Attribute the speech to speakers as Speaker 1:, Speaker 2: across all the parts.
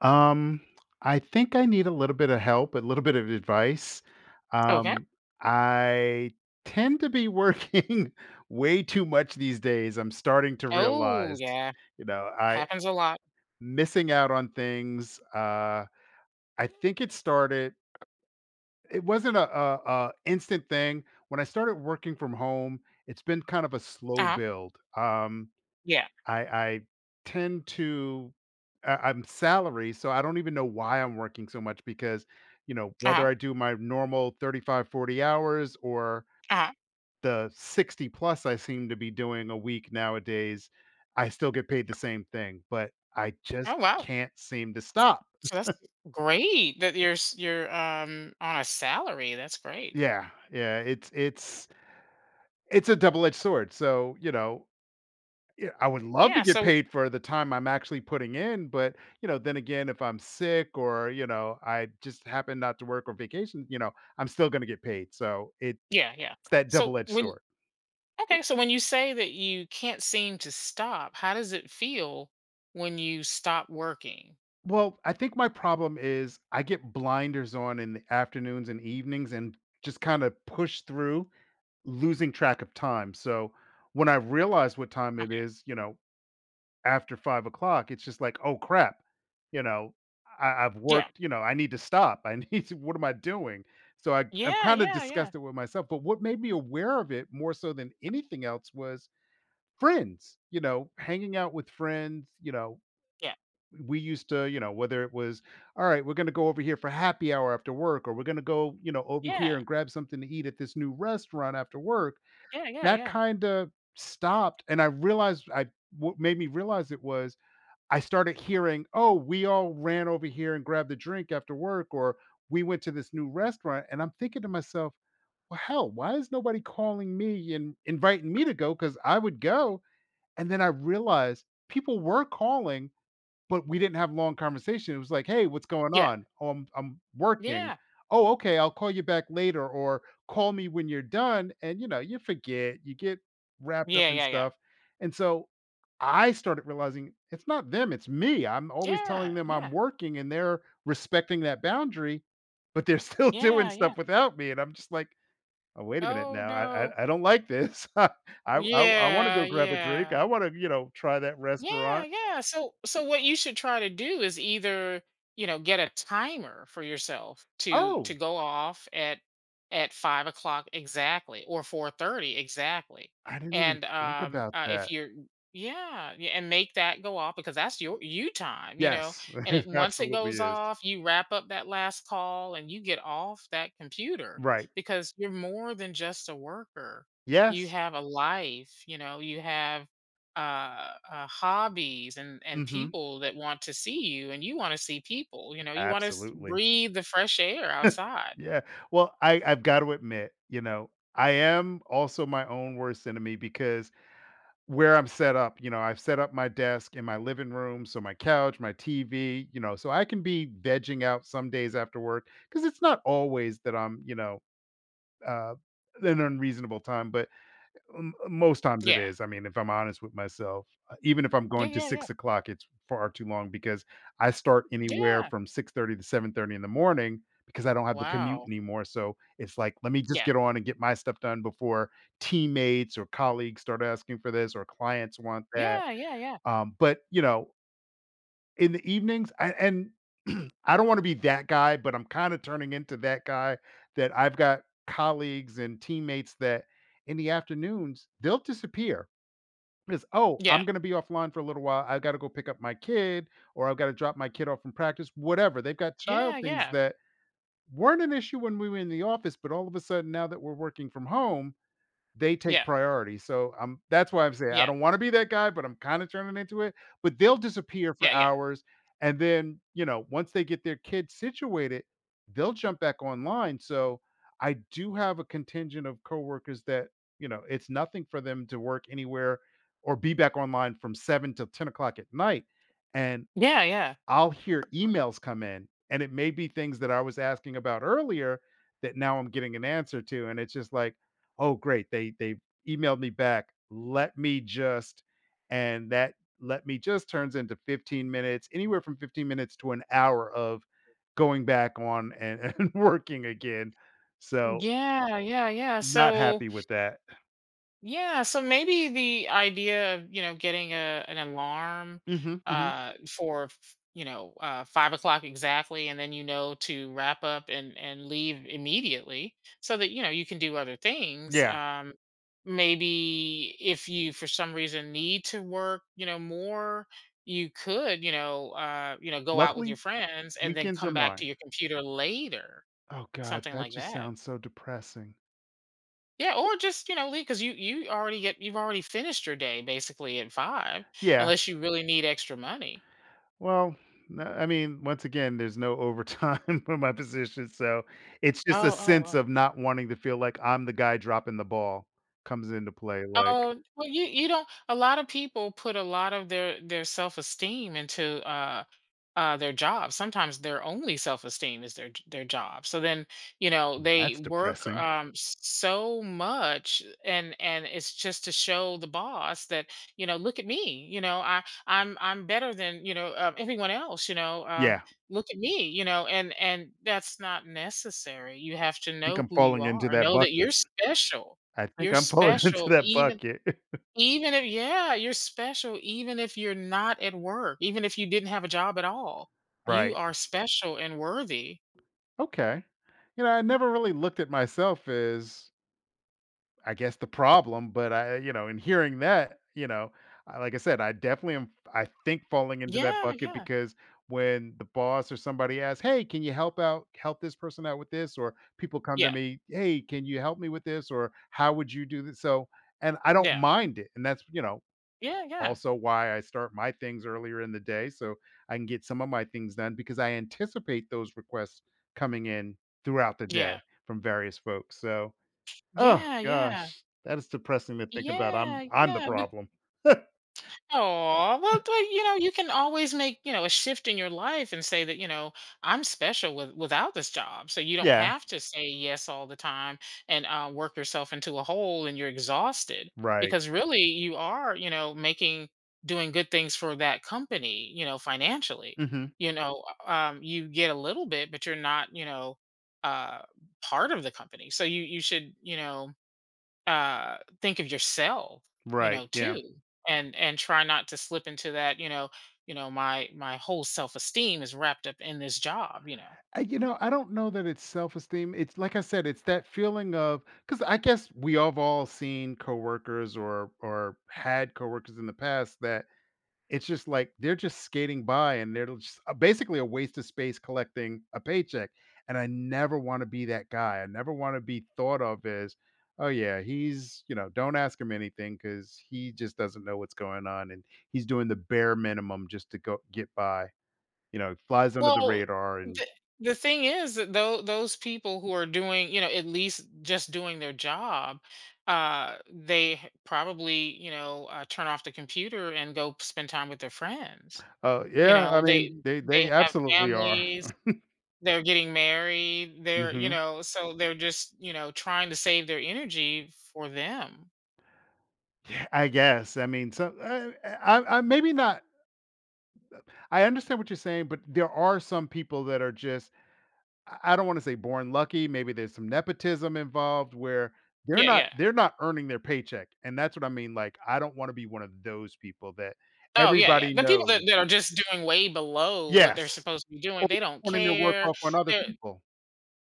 Speaker 1: Um, I think I need a little bit of help, a little bit of advice.
Speaker 2: Okay.
Speaker 1: Um, I tend to be working way too much these days. I'm starting to
Speaker 2: Oh,
Speaker 1: realize,
Speaker 2: yeah.
Speaker 1: you know, I
Speaker 2: Happens a lot.
Speaker 1: missing out on things. I think it started. It wasn't a instant thing. When I started working from home, it's been kind of a slow
Speaker 2: Uh-huh.
Speaker 1: build.
Speaker 2: Yeah.
Speaker 1: I tend to I'm salary, so I don't even know why I'm working so much because, you know, whether
Speaker 2: Uh-huh.
Speaker 1: I do my normal 35, 40 hours or
Speaker 2: Uh-huh.
Speaker 1: the 60 plus I seem to be doing a week nowadays, I still get paid the same thing, but I just
Speaker 2: Oh, wow.
Speaker 1: can't seem to stop.
Speaker 2: So that's great that you're on a salary. That's great.
Speaker 1: Yeah, yeah, it's it's a double-edged sword. So, you know, yeah, I would love to
Speaker 2: Yeah,
Speaker 1: get
Speaker 2: so
Speaker 1: paid for the time I'm actually putting in, but, you know, then again, if I'm sick or, you know, I just happen not to work or vacation, you know, I'm still gonna get paid, so it's
Speaker 2: yeah, yeah.
Speaker 1: that
Speaker 2: So
Speaker 1: double-edged
Speaker 2: when
Speaker 1: sword.
Speaker 2: okay, so when you say that you can't seem to stop, how does it feel when you stop working?
Speaker 1: Well, I think my problem is I get blinders on in the afternoons and evenings and just kinda push through, losing track of time, so when I realize what time it
Speaker 2: Okay.
Speaker 1: is, you know, after 5 o'clock, it's just like, "Oh crap," you know, "I I've
Speaker 2: Yeah.
Speaker 1: worked, you know, I need to stop. I need to what am I doing?" So I'm
Speaker 2: Yeah,
Speaker 1: kinda
Speaker 2: yeah, yeah.
Speaker 1: disgusted with myself, but what made me aware of it more so than anything else was friends, you know, hanging out with friends, you know,
Speaker 2: Yeah.
Speaker 1: we used to, you know, whether it was, "All right, we're gonna go over here for happy hour after work," or "We're gonna go, you know, over here
Speaker 2: Yeah.
Speaker 1: and grab something to eat at this new restaurant after work,"
Speaker 2: Yeah, yeah,
Speaker 1: that
Speaker 2: yeah.
Speaker 1: kinda stopped, and I realized I what made me realize it was I started hearing, "Oh, we all ran over here and grabbed a drink after work," or "We went to this new restaurant," and I'm thinking to myself, "Well, hell, why is nobody calling me and inviting me to go? Because I would go." And then I realized people were calling, but we didn't have long conversation. It was like, "Hey, what's going
Speaker 2: Yeah.
Speaker 1: on?" "Oh, I'm working."
Speaker 2: Yeah.
Speaker 1: "Oh, okay, I'll call you back later," or "Call me when you're done," and, you know, you forget, you get wrapped up
Speaker 2: Yeah,
Speaker 1: in
Speaker 2: yeah, yeah.
Speaker 1: stuff, and so I started realizing it's not them, it's me. I'm always telling
Speaker 2: Yeah,
Speaker 1: them I'm
Speaker 2: yeah.
Speaker 1: working, and they're respecting that boundary, but they're still doing
Speaker 2: Yeah, yeah.
Speaker 1: stuff without me, and I'm just like, "Oh, wait a minute
Speaker 2: Oh
Speaker 1: now, I
Speaker 2: no.
Speaker 1: I I don't like this. I I wanna
Speaker 2: Yeah,
Speaker 1: go grab a drink, I
Speaker 2: yeah.
Speaker 1: wanna, you know, try that
Speaker 2: Yeah,
Speaker 1: restaurant."
Speaker 2: yeah. So, what you should try to do is either, you know, get a timer for yourself to
Speaker 1: "Oh!"
Speaker 2: to go off at 5 o'clock exactly, or 4:30 exactly.
Speaker 1: I didn't even
Speaker 2: And
Speaker 1: think about that.
Speaker 2: if you're yeah, yeah, and make that go off, because that's your you time, you know.
Speaker 1: Yes,
Speaker 2: And it
Speaker 1: it
Speaker 2: once it
Speaker 1: absolutely
Speaker 2: goes
Speaker 1: is.
Speaker 2: off, you wrap up that last call and you get off that computer,
Speaker 1: Right.
Speaker 2: because you're more than just a worker. You
Speaker 1: Yes.
Speaker 2: have a life, you know, you have hobbies and
Speaker 1: Mhm.
Speaker 2: people that want to see you, and you want to see people. You know, you want to
Speaker 1: Absolutely.
Speaker 2: breathe the fresh air outside.
Speaker 1: Yeah. Well, I've got to admit, you know, I am also my own worst enemy because where I'm set up, you know, I've set up my desk in my living room, so my couch, my TV, you know, so I can be vegging out some days after work because it's not always that I'm, you know, uh, an unreasonable time, but most times it
Speaker 2: Yeah,
Speaker 1: is. I mean, if I'm honest with myself, even if I'm
Speaker 2: yeah,
Speaker 1: going to
Speaker 2: yeah, yeah,
Speaker 1: 6 o'clock, it's far too long because I start anywhere
Speaker 2: yeah.
Speaker 1: from 6:30 to 7:30 in the morning because I don't have the commute
Speaker 2: Wow.
Speaker 1: anymore. So it's like, let me just
Speaker 2: Yeah,
Speaker 1: get on and get my stuff done before teammates or colleagues start asking for this or clients want that.
Speaker 2: yeah, yeah, yeah,
Speaker 1: But you know, in the evenings, I and I don't wanna be that guy, but I'm kinda turning into that guy that I've got colleagues and teammates that in the afternoons, they'll disappear because, "Oh,
Speaker 2: yeah,
Speaker 1: I'm gonna be offline for a little while. I have gotta go pick up my kid, or I've gotta drop my kid off from practice," whatever. They've got child
Speaker 2: yeah,
Speaker 1: things
Speaker 2: yeah,
Speaker 1: that weren't an issue when we were in the office, but all of a sudden now that we're working from home they take
Speaker 2: yeah,
Speaker 1: priority, so, that's why I'm saying I
Speaker 2: yeah,
Speaker 1: don't wanna be that guy, but I'm kinda turning into it, but they'll disappear
Speaker 2: yeah,
Speaker 1: for
Speaker 2: yeah, yeah,
Speaker 1: hours, and then, you know, once they get their kids situated, they'll jump back online, so I do have a contingent of coworkers that, you know, it's nothing for them to work anywhere or be back online from 7 till 10 o'clock at night, and I'll hear emails come in, and it may be things that I was asking about earlier that now I'm getting an answer to, and it's just like, "Oh, great, they emailed me back. Let me just" and that "let me just" turns into 15 minutes, anywhere from 15 minutes to an hour of going back on and and working again. So,
Speaker 2: yeah, yeah, yeah. Yeah.
Speaker 1: not
Speaker 2: So
Speaker 1: happy with that.
Speaker 2: Yeah, so maybe the idea of, you know, getting a an alarm
Speaker 1: Mhm, mhm.
Speaker 2: for you know 5 o'clock exactly, and then, you know, to wrap up and leave immediately, so that, you know, you can do other things.
Speaker 1: Yeah.
Speaker 2: Maybe if you for some reason need to work, you know, more, you could, you know, go out with
Speaker 1: Luckily,
Speaker 2: your friends and then
Speaker 1: weekends are
Speaker 2: come back
Speaker 1: mine.
Speaker 2: to your computer later,
Speaker 1: Oh god,
Speaker 2: something
Speaker 1: that
Speaker 2: like
Speaker 1: just
Speaker 2: that.
Speaker 1: sounds so depressing.
Speaker 2: Yeah, or just, you know, leave because you already get you've already finished your day basically at five,
Speaker 1: Yeah.
Speaker 2: unless you really need extra money.
Speaker 1: Well, no I mean, once again, there's no overtime for my position, so it's just a
Speaker 2: Oh, oh,
Speaker 1: sense
Speaker 2: oh,
Speaker 1: of not wanting to feel like I'm the guy dropping the ball comes into play, like,
Speaker 2: oh. Well, you don't. A lot of people put a lot of their self esteem into their job. Sometimes their only self esteem is their job. So then, you know,
Speaker 1: "Hmm, That's
Speaker 2: they work
Speaker 1: depressing."
Speaker 2: so much, and it's just to show the boss that, you know, look at me. You know, I'm better than, you know, everyone else. You know,
Speaker 1: Yeah, I
Speaker 2: look at me. You know, and that's not necessary. You have to
Speaker 1: think
Speaker 2: know
Speaker 1: I'm
Speaker 2: who you
Speaker 1: falling into
Speaker 2: are.
Speaker 1: that
Speaker 2: Know that you're
Speaker 1: bucket.
Speaker 2: special.
Speaker 1: I think
Speaker 2: You're
Speaker 1: I'm falling into
Speaker 2: special,
Speaker 1: that
Speaker 2: even
Speaker 1: bucket.
Speaker 2: if yeah, you're special even if you're not at work, even if you didn't have a job at all. You
Speaker 1: Right.
Speaker 2: are special and worthy.
Speaker 1: Okay. You know, I never really looked at myself as I guess the problem, but I you know, in hearing that, you know, I, like I said, I definitely am I think falling into that
Speaker 2: Yeah,
Speaker 1: bucket
Speaker 2: yeah.
Speaker 1: because when the boss or somebody asks, "Hey, can you help out help this person out with this?" or people come to
Speaker 2: Yeah,
Speaker 1: me, "Hey, can you help me with this?" or "How would you do this?" So, and I don't
Speaker 2: yeah.
Speaker 1: mind it. And that's, you know,
Speaker 2: Yeah, yeah.
Speaker 1: also why I start my things earlier in the day so I can get some of my things done because I anticipate those requests coming in throughout the
Speaker 2: Yeah.
Speaker 1: day from various folks. So, oh
Speaker 2: Yeah, yeah.
Speaker 1: gosh, that is depressing to think about. I'm
Speaker 2: Yeah,
Speaker 1: I'm the
Speaker 2: yeah.
Speaker 1: problem.
Speaker 2: Oh, well, but you know, you can always make, you know, a shift in your life and say that, you know, I'm special without this job. So you don't
Speaker 1: Yeah,
Speaker 2: have to say yes all the time and work yourself into a hole and you're exhausted,
Speaker 1: right.
Speaker 2: because really you are, you know, doing good things for that company, you know, financially.
Speaker 1: Mhm.
Speaker 2: You know, you get a little bit, but you're not, you know, uh, part of the company. So you should, you know, think of yourself, you
Speaker 1: Right,
Speaker 2: know,
Speaker 1: yeah.
Speaker 2: too, and try not to slip into that, you know, my whole self-esteem is wrapped up in this job, you know.
Speaker 1: I you know, I don't know that it's self-esteem. It's like I said, it's that feeling of because I guess we have all seen coworkers or had coworkers in the past that it's just like they're just skating by and they're just basically a waste of space collecting a paycheck. And I never want to be that guy. I never want to be thought of as, oh, yeah, he's, you know, don't ask him anything because he just doesn't know what's going on. And he's doing the bare minimum just to go get by, you know, flies under the
Speaker 2: Well,
Speaker 1: radar. And
Speaker 2: the, the thing is that, though those people who are doing, you know, at least just doing their job, they probably, you know, turn off the computer and go spend time with their friends, you
Speaker 1: yeah, I
Speaker 2: know. they
Speaker 1: mean,
Speaker 2: they
Speaker 1: they
Speaker 2: have
Speaker 1: absolutely are.
Speaker 2: families. They're getting married, they're, you
Speaker 1: Hmm
Speaker 2: know, so they're just, you know, trying to save their energy for them.
Speaker 1: I guess. I mean, so I maybe not. I understand what you're saying, but there are some people that are just I don't wanna say born lucky, maybe there's some nepotism involved where
Speaker 2: Yeah, yeah.
Speaker 1: they're not earning their paycheck, and that's what I mean, like, I don't wanna be one of those people that
Speaker 2: Oh, yeah, yeah.
Speaker 1: everybody
Speaker 2: The people
Speaker 1: knows.
Speaker 2: that are just doing way below what they're
Speaker 1: Yes,
Speaker 2: supposed to be
Speaker 1: or
Speaker 2: doing, they don't
Speaker 1: pointing their work
Speaker 2: care.
Speaker 1: off on other
Speaker 2: They're
Speaker 1: people.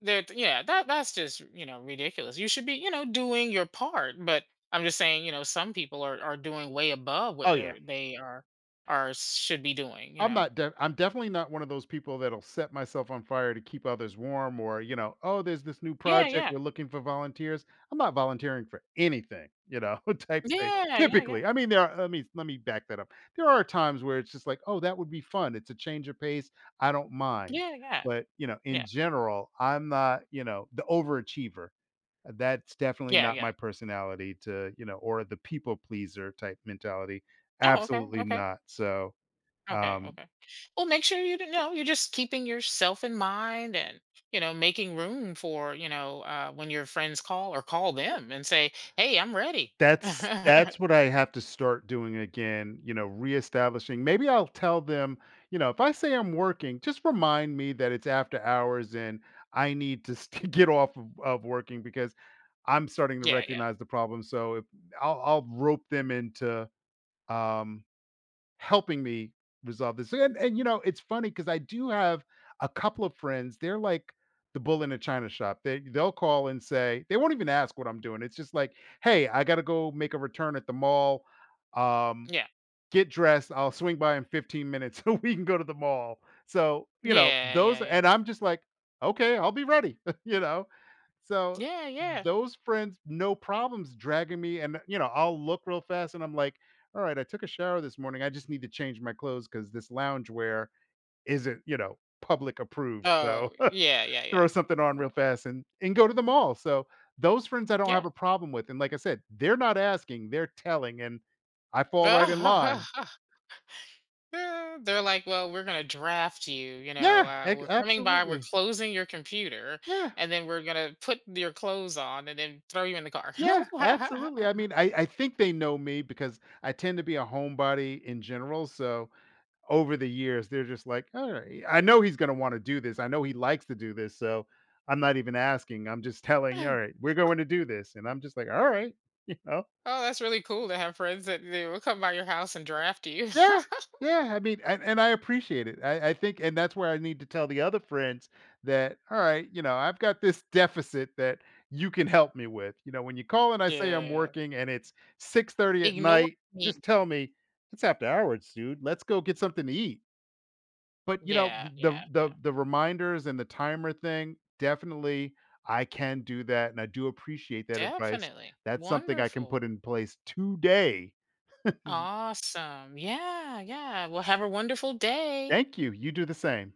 Speaker 2: they're Yeah, that's just, you know, ridiculous. You should be, you know, doing your part, but I'm just saying, you know, some people are doing way above what
Speaker 1: Oh, yeah.
Speaker 2: they're they are should be doing, you know.
Speaker 1: I'm definitely not one of those people that'll set myself on fire to keep others warm or, you know, "Oh, there's this new
Speaker 2: Yeah,
Speaker 1: project,
Speaker 2: yeah.
Speaker 1: we're looking for volunteers." I'm not volunteering for anything, you know, type thing,
Speaker 2: Yeah, yeah, yeah.
Speaker 1: typically. I mean, there are let me back that up. There are times where it's just like, "Oh, that would be fun. It's a change of pace. I don't mind."
Speaker 2: Yeah, yeah.
Speaker 1: But, you know, in
Speaker 2: Yeah.
Speaker 1: general, I'm not, you know, the overachiever. That's definitely
Speaker 2: Yeah,
Speaker 1: not my
Speaker 2: yeah.
Speaker 1: personality to, you know, or the people pleaser type mentality.
Speaker 2: Oh, okay.
Speaker 1: Absolutely
Speaker 2: Okay.
Speaker 1: not. So,
Speaker 2: Okay,
Speaker 1: um
Speaker 2: okay. Well, make sure you know you're just keeping yourself in mind and, you know, making room for, you know, when your friends call, or call them and say, hey, I'm ready.
Speaker 1: That's
Speaker 2: Yeah,
Speaker 1: that's what I have to start doing again, you know, reestablishing. Maybe I'll tell them, you know, if I say I'm working, just remind me that it's after hours and I need to get off of working because I'm starting to
Speaker 2: yeah,
Speaker 1: recognize the problem. So if I'll rope them into um, helping me resolve this. And you know, it's funny because I do have a couple of friends. They're like the bull in a china shop. They'll call and say they won't even ask what I'm doing. It's just like, hey, I got to go make a return at the mall. Um,
Speaker 2: yeah,
Speaker 1: get dressed. I'll swing by in 15 minutes so we can go to the mall. So, you know,
Speaker 2: yeah,
Speaker 1: those,
Speaker 2: yeah,
Speaker 1: and I'm just like, okay, I'll be ready, you know? So
Speaker 2: yeah, yeah, yeah,
Speaker 1: those friends, no problems dragging me. And, you know, I'll look real fast and I'm like, all right, I took a shower this morning. I just need to change my clothes because this loungewear isn't, you know, public approved. So
Speaker 2: Oh, yeah, yeah,
Speaker 1: throw
Speaker 2: yeah,
Speaker 1: something on real fast and go to the mall. So those friends I don't
Speaker 2: yeah.
Speaker 1: have a problem with. And like I said, they're not asking, they're telling. And I fall right in line.
Speaker 2: Yeah. They're like, well, we're gonna draft you. You know,
Speaker 1: Yeah, ex
Speaker 2: we're coming by. We're
Speaker 1: absolutely.
Speaker 2: closing your computer,
Speaker 1: Yeah,
Speaker 2: and then we're gonna put your clothes on, and then throw you in the car.
Speaker 1: yeah, absolutely. I mean, I think they know me because I tend to be a homebody in general, so over the years, they're just like, "Alright, I know he's gonna wanna do this. I know he likes to do this, so I'm not even asking. I'm just telling you, All 'Alright, we're going to do this,' and I'm just like, all right, you know?
Speaker 2: Oh, that's really cool to have friends that they will come by your house and draft you.
Speaker 1: Yeah, yeah, I mean, and I appreciate it. I think and that's where I need to tell the other friends that, "All right, you know, I've got this deficit that you can help me with." You know, when you call and I say I'm
Speaker 2: Yeah.
Speaker 1: working and it's 6:30 at
Speaker 2: Ignore
Speaker 1: night,
Speaker 2: me.
Speaker 1: just tell me, "It's after hours, dude. Let's go get something to eat." But, you know,
Speaker 2: Yeah,
Speaker 1: th the
Speaker 2: yeah, yeah.
Speaker 1: the the reminders and the timer thing, definitely, I can do that, and I do appreciate that advice.
Speaker 2: Definitely.
Speaker 1: That's something I can put
Speaker 2: Wonderful.
Speaker 1: in place today.
Speaker 2: Awesome. Yeah, yeah. Well, have a wonderful day.
Speaker 1: Thank you. You do the same.